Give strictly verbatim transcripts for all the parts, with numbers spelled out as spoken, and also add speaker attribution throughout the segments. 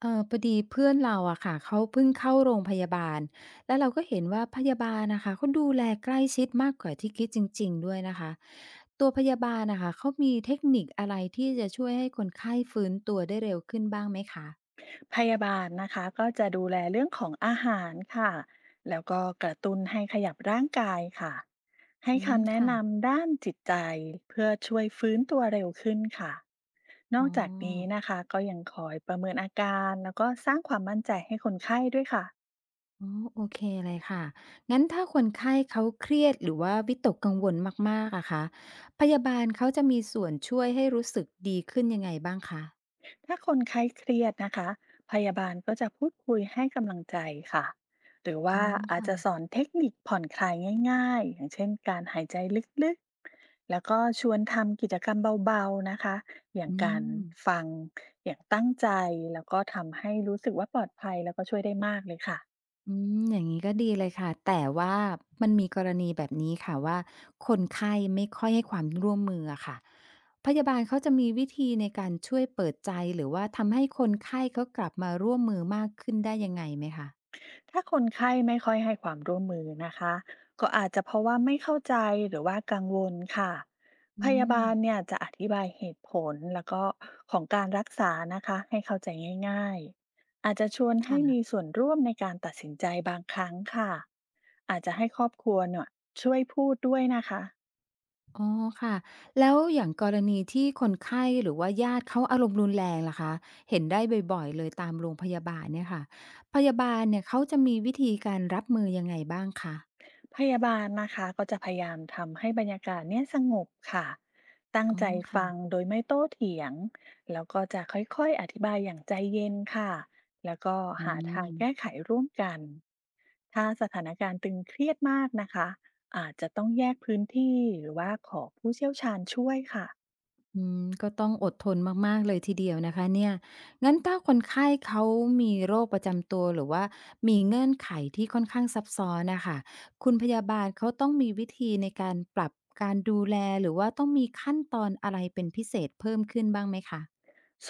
Speaker 1: เออพอดีเพื่อนเราอะค่ะเขาเพิ่งเข้าโรงพยาบาลแล้วเราก็เห็นว่าพยาบาลนะคะเขาดูแลใกล้ชิดมากกว่าที่คิดจริงๆด้วยนะคะตัวพยาบาลนะคะเขามีเทคนิคอะไรที่จะช่วยให้คนไข้ฟื้นตัวได้เร็วขึ้นบ้างไหมคะ
Speaker 2: พยาบาลนะคะก็จะดูแลเรื่องของอาหารค่ะแล้วก็กระตุ้นให้ขยับร่างกายค่ะให้
Speaker 1: อืม
Speaker 2: คำแนะ
Speaker 1: ค่ะ
Speaker 2: นำด้านจิตใจเพื่อช่วยฟื้นตัวเร็วขึ้นค่ะน
Speaker 1: อ๋
Speaker 2: อ
Speaker 1: อ
Speaker 2: กจากนี้นะคะก็ยังคอยประเมินอาการแล้วก็สร้างความมั่นใจให้คนไข้ด้วยค่ะ
Speaker 1: อ๋อโอเคเลยค่ะงั้นถ้าคนไข้เขาเครียดหรือว่าวิตกกังวลมากๆอะคะพยาบาลเขาจะมีส่วนช่วยให้รู้สึกดีขึ้นยังไงบ้างคะ
Speaker 2: ถ้าคนไข้เครียดนะคะ พยาบาลก็จะพูดคุยให้กำลังใจค่ะ หรือ
Speaker 1: อ๋
Speaker 2: ว่า
Speaker 1: อ
Speaker 2: อาจจะสอ
Speaker 1: ค่ะ
Speaker 2: นเทคนิคผ่อนคลายง่ายๆ อย่างเช่นการหายใจลึกๆ แล้วก็ชวนทำกิจกรรมเบาๆนะคะ อย่าง
Speaker 1: อื
Speaker 2: การ
Speaker 1: ม
Speaker 2: ฟังอย่างตั้งใจแล้วก็ทำให้รู้สึกว่าปลอดภัยแล้วก็ช่วยได้มากเลยค่ะ
Speaker 1: อืมอย่างงี้ก็ดีเลยค่ะแต่ว่ามันมีกรณีแบบนี้ค่ะว่าคนไข้ไม่ค่อยให้ความร่วมมืออะค่ะพยาบาลเขาจะมีวิธีในการช่วยเปิดใจหรือว่าทำให้คนไข้เขากลับมาร่วมมือมากขึ้นได้ยังไงไหมคะ
Speaker 2: ถ้าคนไข้ไม่ค่อยให้ความร่วมมือนะคะก็อาจจะเพราะว่าไม่เข้าใจหรือว่ากังวลค่ะพ
Speaker 1: อื
Speaker 2: ยา
Speaker 1: ม
Speaker 2: บาลเนี่ยจะอธิบายเหตุผลแล้วก็ของการรักษานะคะให้เข้าใจง่ายๆอาจจะชวนให้มี
Speaker 1: ค่ะ
Speaker 2: ส่วนร่วมในการตัดสินใจบางครั้งค่ะอาจจะให้ครอบครัวเนี่ยช่วยพูดด้วยนะคะ
Speaker 1: อ๋อค่ะแล้วอย่างกรณีที่คนไข้หรือว่าญาติเขาอารมณ์รุนแรงล่ะคะเห็นได้บ่อยๆเลยตามโรงพยาบาลเนี่ยค่ะพยาบาลเนี่ยเขาจะมีวิธีการรับมือยังไงบ้างคะ
Speaker 2: พยาบาลนะคะก็จะพยายามทำให้บรรยากาศเนี่ยสงบค่ะตั้ง
Speaker 1: อ๋อ
Speaker 2: ใจ
Speaker 1: ค่ะ
Speaker 2: ฟังโดยไม่โต้เถียง แล้วก็จะค่อยๆอธิบายอย่างใจเย็นค่ะแล้วก็
Speaker 1: อื
Speaker 2: หาทา
Speaker 1: ม
Speaker 2: งแก้ไขร่วมกันถ้าสถานการณ์ตึงเครียดมากนะคะอาจจะต้องแยกพื้นที่หรือว่าขอผู้เชี่ยวชาญช่วยค่ะ
Speaker 1: อืมก็ต้องอดทนมากๆเลยทีเดียวนะคะเนี่ย งั้นถ้าคนไข้เขามีโรคประจำตัวหรือว่ามีเงื่อนไขที่ค่อนข้างซับซ้อนน่ะค่ะคุณพยาบาลเขาต้องมีวิธีในการปรับการดูแลหรือว่าต้องมีขั้นตอนอะไรเป็นพิเศษเพิ่มขึ้นบ้างไหมคะ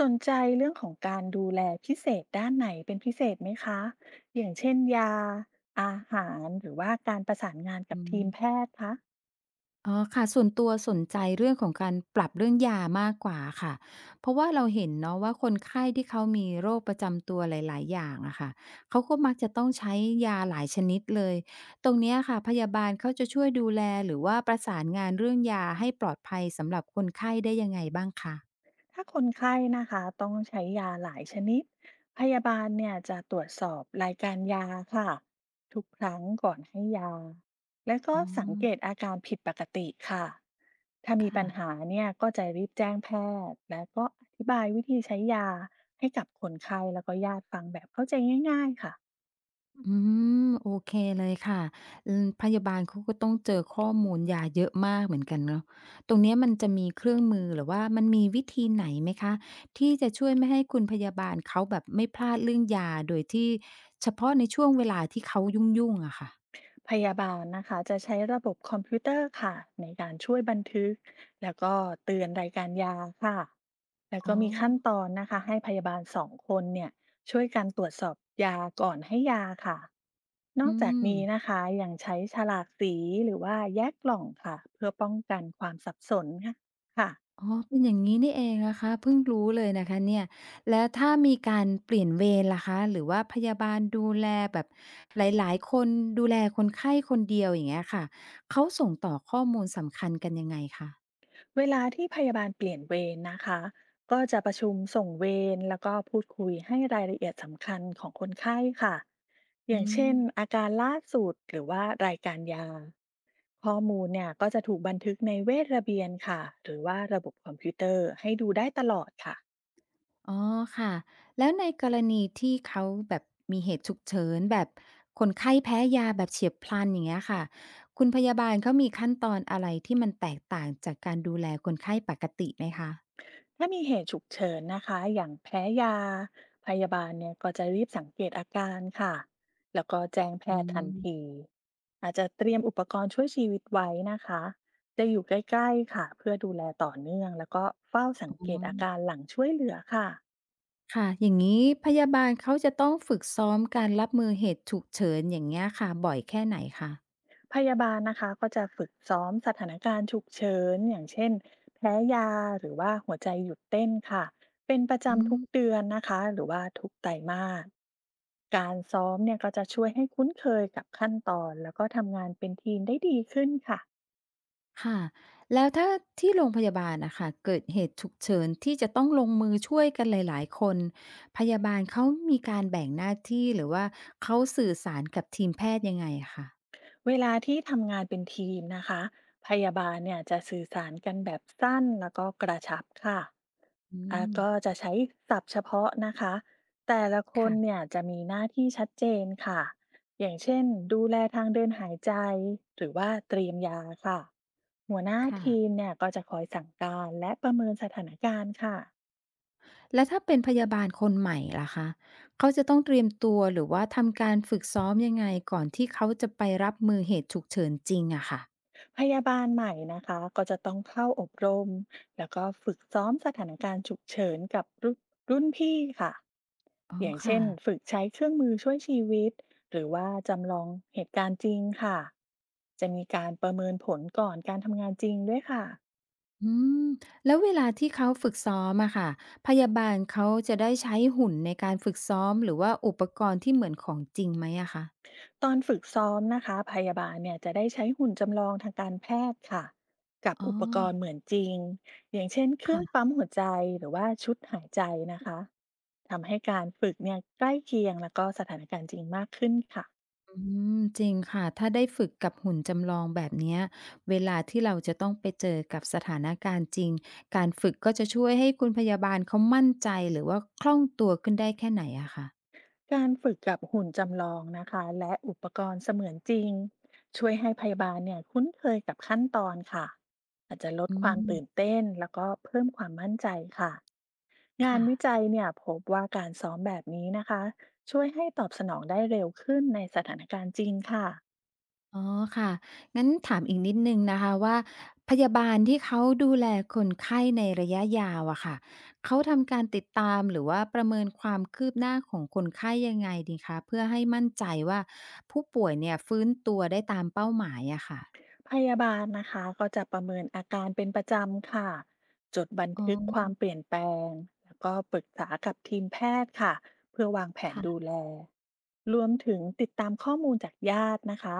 Speaker 2: สนใจเรื่องของการดูแลพิเศษด้านไหนเป็นพิเศษไหมคะ อย่างเช่นยาอาหารหรือว่าการประสานงานกับ
Speaker 1: อื
Speaker 2: ที
Speaker 1: ม
Speaker 2: มแพทย์คะ
Speaker 1: อ๋อค่ะส่วนตัวสนใจเรื่องของการปรับเรื่องยามากกว่าค่ะเพราะว่าเราเห็นเนาะว่าคนไข้ที่เขามีโรคประจำตัวหลายๆอย่างอะค่ะเขาก็มักจะต้องใช้ยาหลายชนิดเลยตรงเนี้ยค่ะพยาบาลเขาจะช่วยดูแลหรือว่าประสานงานเรื่องยาให้ปลอดภัยสำหรับคนไข้ได้ยังไงบ้างคะ
Speaker 2: ถ้าคนไข้นะคะต้องใช้ยาหลายชนิดพยาบาลเนี่ยจะตรวจสอบรายการยาค่ะทุกครั้งก่อนให้ยาและก็
Speaker 1: อ๋อ
Speaker 2: สังเกตอาการผิดปกติค่ะถ้ามี
Speaker 1: ค่ะ
Speaker 2: ปัญหาเนี่ยก็จะรีบแจ้งแพทย์และก็อธิบายวิธีใช้ยาให้กับคนไข้แล้วก็ญาติฟังแบบเข้าใจง่ายๆค่ะ
Speaker 1: อืมโอเคเลยค่ะอืมพยาบาลเขาก็ต้องเจอข้อมูลยาเยอะมากเหมือนกันเนาะตรงเนี้ยมันจะมีเครื่องมือหรือว่ามันมีวิธีไหนไหมคะที่จะช่วยไม่ให้คุณพยาบาลเขาแบบไม่พลาดเรื่องยาโดยที่เฉพาะในช่วงเวลาที่เขายุ่งๆอะค่ะ
Speaker 2: พยาบาลนะคะจะใช้ระบบคอมพิวเตอร์ค่ะในการช่วยบันทึกแล้วก็เตือนรายการยาค่ะแล้ว
Speaker 1: อ๋
Speaker 2: ก็
Speaker 1: อ
Speaker 2: มีขั้นตอนนะคะให้พยาบาลสองคนเนี่ยช่วยกันตรวจสอบยาก่อนให้ยาค่ะนอ
Speaker 1: อื
Speaker 2: กจาก
Speaker 1: ม
Speaker 2: นี้นะคะยังใช้ฉลากสีหรือว่าแยกกล่องค่ะเพื่อป้องกันความสับสนค่ะ
Speaker 1: อ๋อเป็นอย่างนี้นี่เองนะคะเพิ่งรู้เลยนะคะเนี่ยแล้วถ้ามีการเปลี่ยนเวรล่ะคะหรือว่าพยาบาลดูแลแบบหลายๆคนดูแลคนไข้คนเดียวอย่างเงี้ยค่ะเขาส่งต่อข้อมูลสำคัญกันยังไงคะ
Speaker 2: เวลาที่พยาบาลเปลี่ยนเวรนะคะก็จะประชุมส่งเวรแล้วก็พูดคุยให้รายละเอียดสำคัญของคนไข้ค่ะอย่า
Speaker 1: อื
Speaker 2: ง
Speaker 1: ม
Speaker 2: เช่นอาการล่าสุดหรือว่ารายการยาข้อมูลเนี่ยก็จะถูกบันทึกในเวชระเบียนค่ะหรือว่าระบบคอมพิวเตอร์ให้ดูได้ตลอดค่ะ
Speaker 1: อ๋อค่ะแล้วในกรณีที่เขาแบบมีเหตุฉุกเฉินแบบคนไข้แพ้ยาแบบเฉียบพลันอย่างเงี้ยค่ะคุณพยาบาลเขามีขั้นตอนอะไรที่มันแตกต่างจากการดูแลคนไข้ปกติไหมคะ
Speaker 2: ถ้ามีเหตุฉุกเฉินนะคะอย่างแพ้ยา พยาบาลเนี่ยก็จะรีบสังเกตอาการค่ะแล้วก็แจ้งแพ
Speaker 1: อื
Speaker 2: ทย์ทันที
Speaker 1: ม
Speaker 2: อาจจะเตรียมอุปกรณ์ช่วยชีวิตไว้นะคะจะอยู่ใกล้ๆค่ะเพื่อดูแลต่อเนื่องแล้วก็เฝ้าสังเกตอาการหลังช่วยเหลือค่ะ
Speaker 1: ค่ะอย่างนี้พยาบาลเขาจะต้องฝึกซ้อมการรับมือเหตุฉุกเฉินอย่างเงี้ยค่ะบ่อยแค่ไหนคะ
Speaker 2: พยาบาลนะคะก็จะฝึกซ้อมสถานการณ์ฉุกเฉินอย่างเช่นแพ้ยาหรือว่าหัวใจหยุดเต้นค่ะเป็นประ
Speaker 1: อื
Speaker 2: จำทุก
Speaker 1: ม
Speaker 2: เดือนนะคะหรือว่าทุกไตรมาสการซ้อมเนี่ยก็จะช่วยให้คุ้นเคยกับขั้นตอนแล้วก็ทำงานเป็นทีมได้ดีขึ้นค่ะ
Speaker 1: ค่ะแล้วถ้าที่โรงพยาบาลน่ะค่ะเกิดเหตุฉุกเฉินที่จะต้องลงมือช่วยกันหลายๆคนพยาบาลเขามีการแบ่งหน้าที่หรือว่าเขาสื่อสารกับทีมแพทย์ยังไงอะคะ
Speaker 2: เวลาที่ทำงานเป็นทีมนะคะพยาบาลเนี่ยจะสื่อสารกันแบบสั้นแล้วก็กระชับค่ะ
Speaker 1: อื
Speaker 2: อ่ะ
Speaker 1: ม
Speaker 2: ก็จะใช้ศัพท์เฉพาะนะคะแต่ละคน
Speaker 1: ค่ะ
Speaker 2: เนี่ยจะมีหน้าที่ชัดเจนค่ะอย่างเช่นดูแลทางเดินหายใจหรือว่าเตรียมยาค่ะหัวหน้า
Speaker 1: ค่ะ
Speaker 2: ทีมเนี่ยก็จะคอยสั่งการและประเมินสถานการณ์ค่ะ
Speaker 1: แล้วถ้าเป็นพยาบาลคนใหม่ล่ะคะเขาจะต้องเตรียมตัวหรือว่าทำการฝึกซ้อมยังไงก่อนที่เขาจะไปรับมือเหตุฉุกเฉินจริงอะค่ะ
Speaker 2: พยาบาลใหม่นะคะก็จะต้องเข้าอบรมแล้วก็ฝึกซ้อมสถานการณ์ฉุกเฉินกับรุ่นรุ่นพี่ค่ะ
Speaker 1: อ๋อ
Speaker 2: อย่างเช่
Speaker 1: ค่ะ
Speaker 2: นฝึกใช้เครื่องมือช่วยชีวิตหรือว่าจำลองเหตุการณ์จริงค่ะจะมีการประเมินผลก่อนการทำงานจริงด้วยค่ะ
Speaker 1: อืม แล้วเวลาที่เขาฝึกซ้อมอะค่ะพยาบาลเขาจะได้ใช้หุ่นในการฝึกซ้อมหรือว่าอุปกรณ์ที่เหมือนของจริงไหมอะคะ
Speaker 2: ตอนฝึกซ้อมนะคะพยาบาลเนี่ยจะได้ใช้หุ่นจำลองทางการแพทย์ค่ะกับ
Speaker 1: อ๋อ
Speaker 2: อุปกรณ์เหมือนจริงอย่างเช่นเครื่องปั๊
Speaker 1: ค่ะ
Speaker 2: มหัวใจหรือว่าชุดหายใจนะคะทำให้การฝึกเนี่ยใกล้เคียงแล้วก็สถานการณ์จริงมากขึ้นค่ะ
Speaker 1: อืม จริงค่ะ ถ้าได้ฝึกกับหุ่นจำลองแบบเนี้ยเวลาที่เราจะต้องไปเจอกับสถานการณ์จริง การฝึกก็จะช่วยให้คุณพยาบาลเขามั่นใจหรือว่าคล่องตัวขึ้นได้แค่ไหนอะคะ
Speaker 2: การฝึกกับหุ่นจำลองนะคะและอุปกรณ์เสมือนจริงช่วยให้พยาบาลเนี่ยคุ้นเคยกับขั้นตอนค่ะอาจจะลด
Speaker 1: อื
Speaker 2: ความตื่น
Speaker 1: ม
Speaker 2: เต้นแล้วก็เพิ่มความมั่นใจค่ะ งาน
Speaker 1: ค่ะ
Speaker 2: วิจัยเนี่ยพบว่าการซ้อมแบบนี้นะคะช่วยให้ตอบสนองได้เร็วขึ้นในสถานการณ์จริงค่ะ
Speaker 1: อ๋อค่ะงั้นถามอีกนิดหนึ่งนะคะว่าพยาบาลที่เขาดูแลคนไข้ในระยะยาวอะค่ะเขาทำการติดตามหรือว่าประเมินความคืบหน้าของคนไข้ยังไงดีคะเพื่อให้มั่นใจว่าผู้ป่วยเนี่ยฟื้นตัวได้ตามเป้าหมายอะค่ะ
Speaker 2: พยาบาลนะคะก็จะประเมินอาการเป็นประจำค่ะจดบัน
Speaker 1: อ๋อ
Speaker 2: ทึกความเปลี่ยนแปลงแล้วก็ปรึกษากับทีมแพทย์ค่ะเพื่อวางแผนดู
Speaker 1: ค่ะ
Speaker 2: แลรวมถึงติดตามข้อมูลจากญาตินะคะ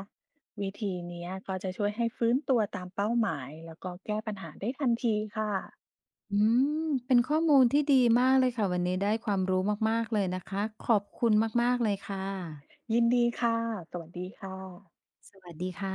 Speaker 2: วิธีเนี้ยก็จะช่วยให้ฟื้นตัวตามเป้าหมายแล้วก็แก้ปัญหาได้ทันทีค่ะ
Speaker 1: อืมเป็นข้อมูลที่ดีมากเลยค่ะวันนี้ได้ความรู้มากๆเลยนะคะขอบคุณมากๆเลยค่ะ
Speaker 2: ยินดีค่ะสวัสดีค่ะ
Speaker 1: สวัสดีค่ะ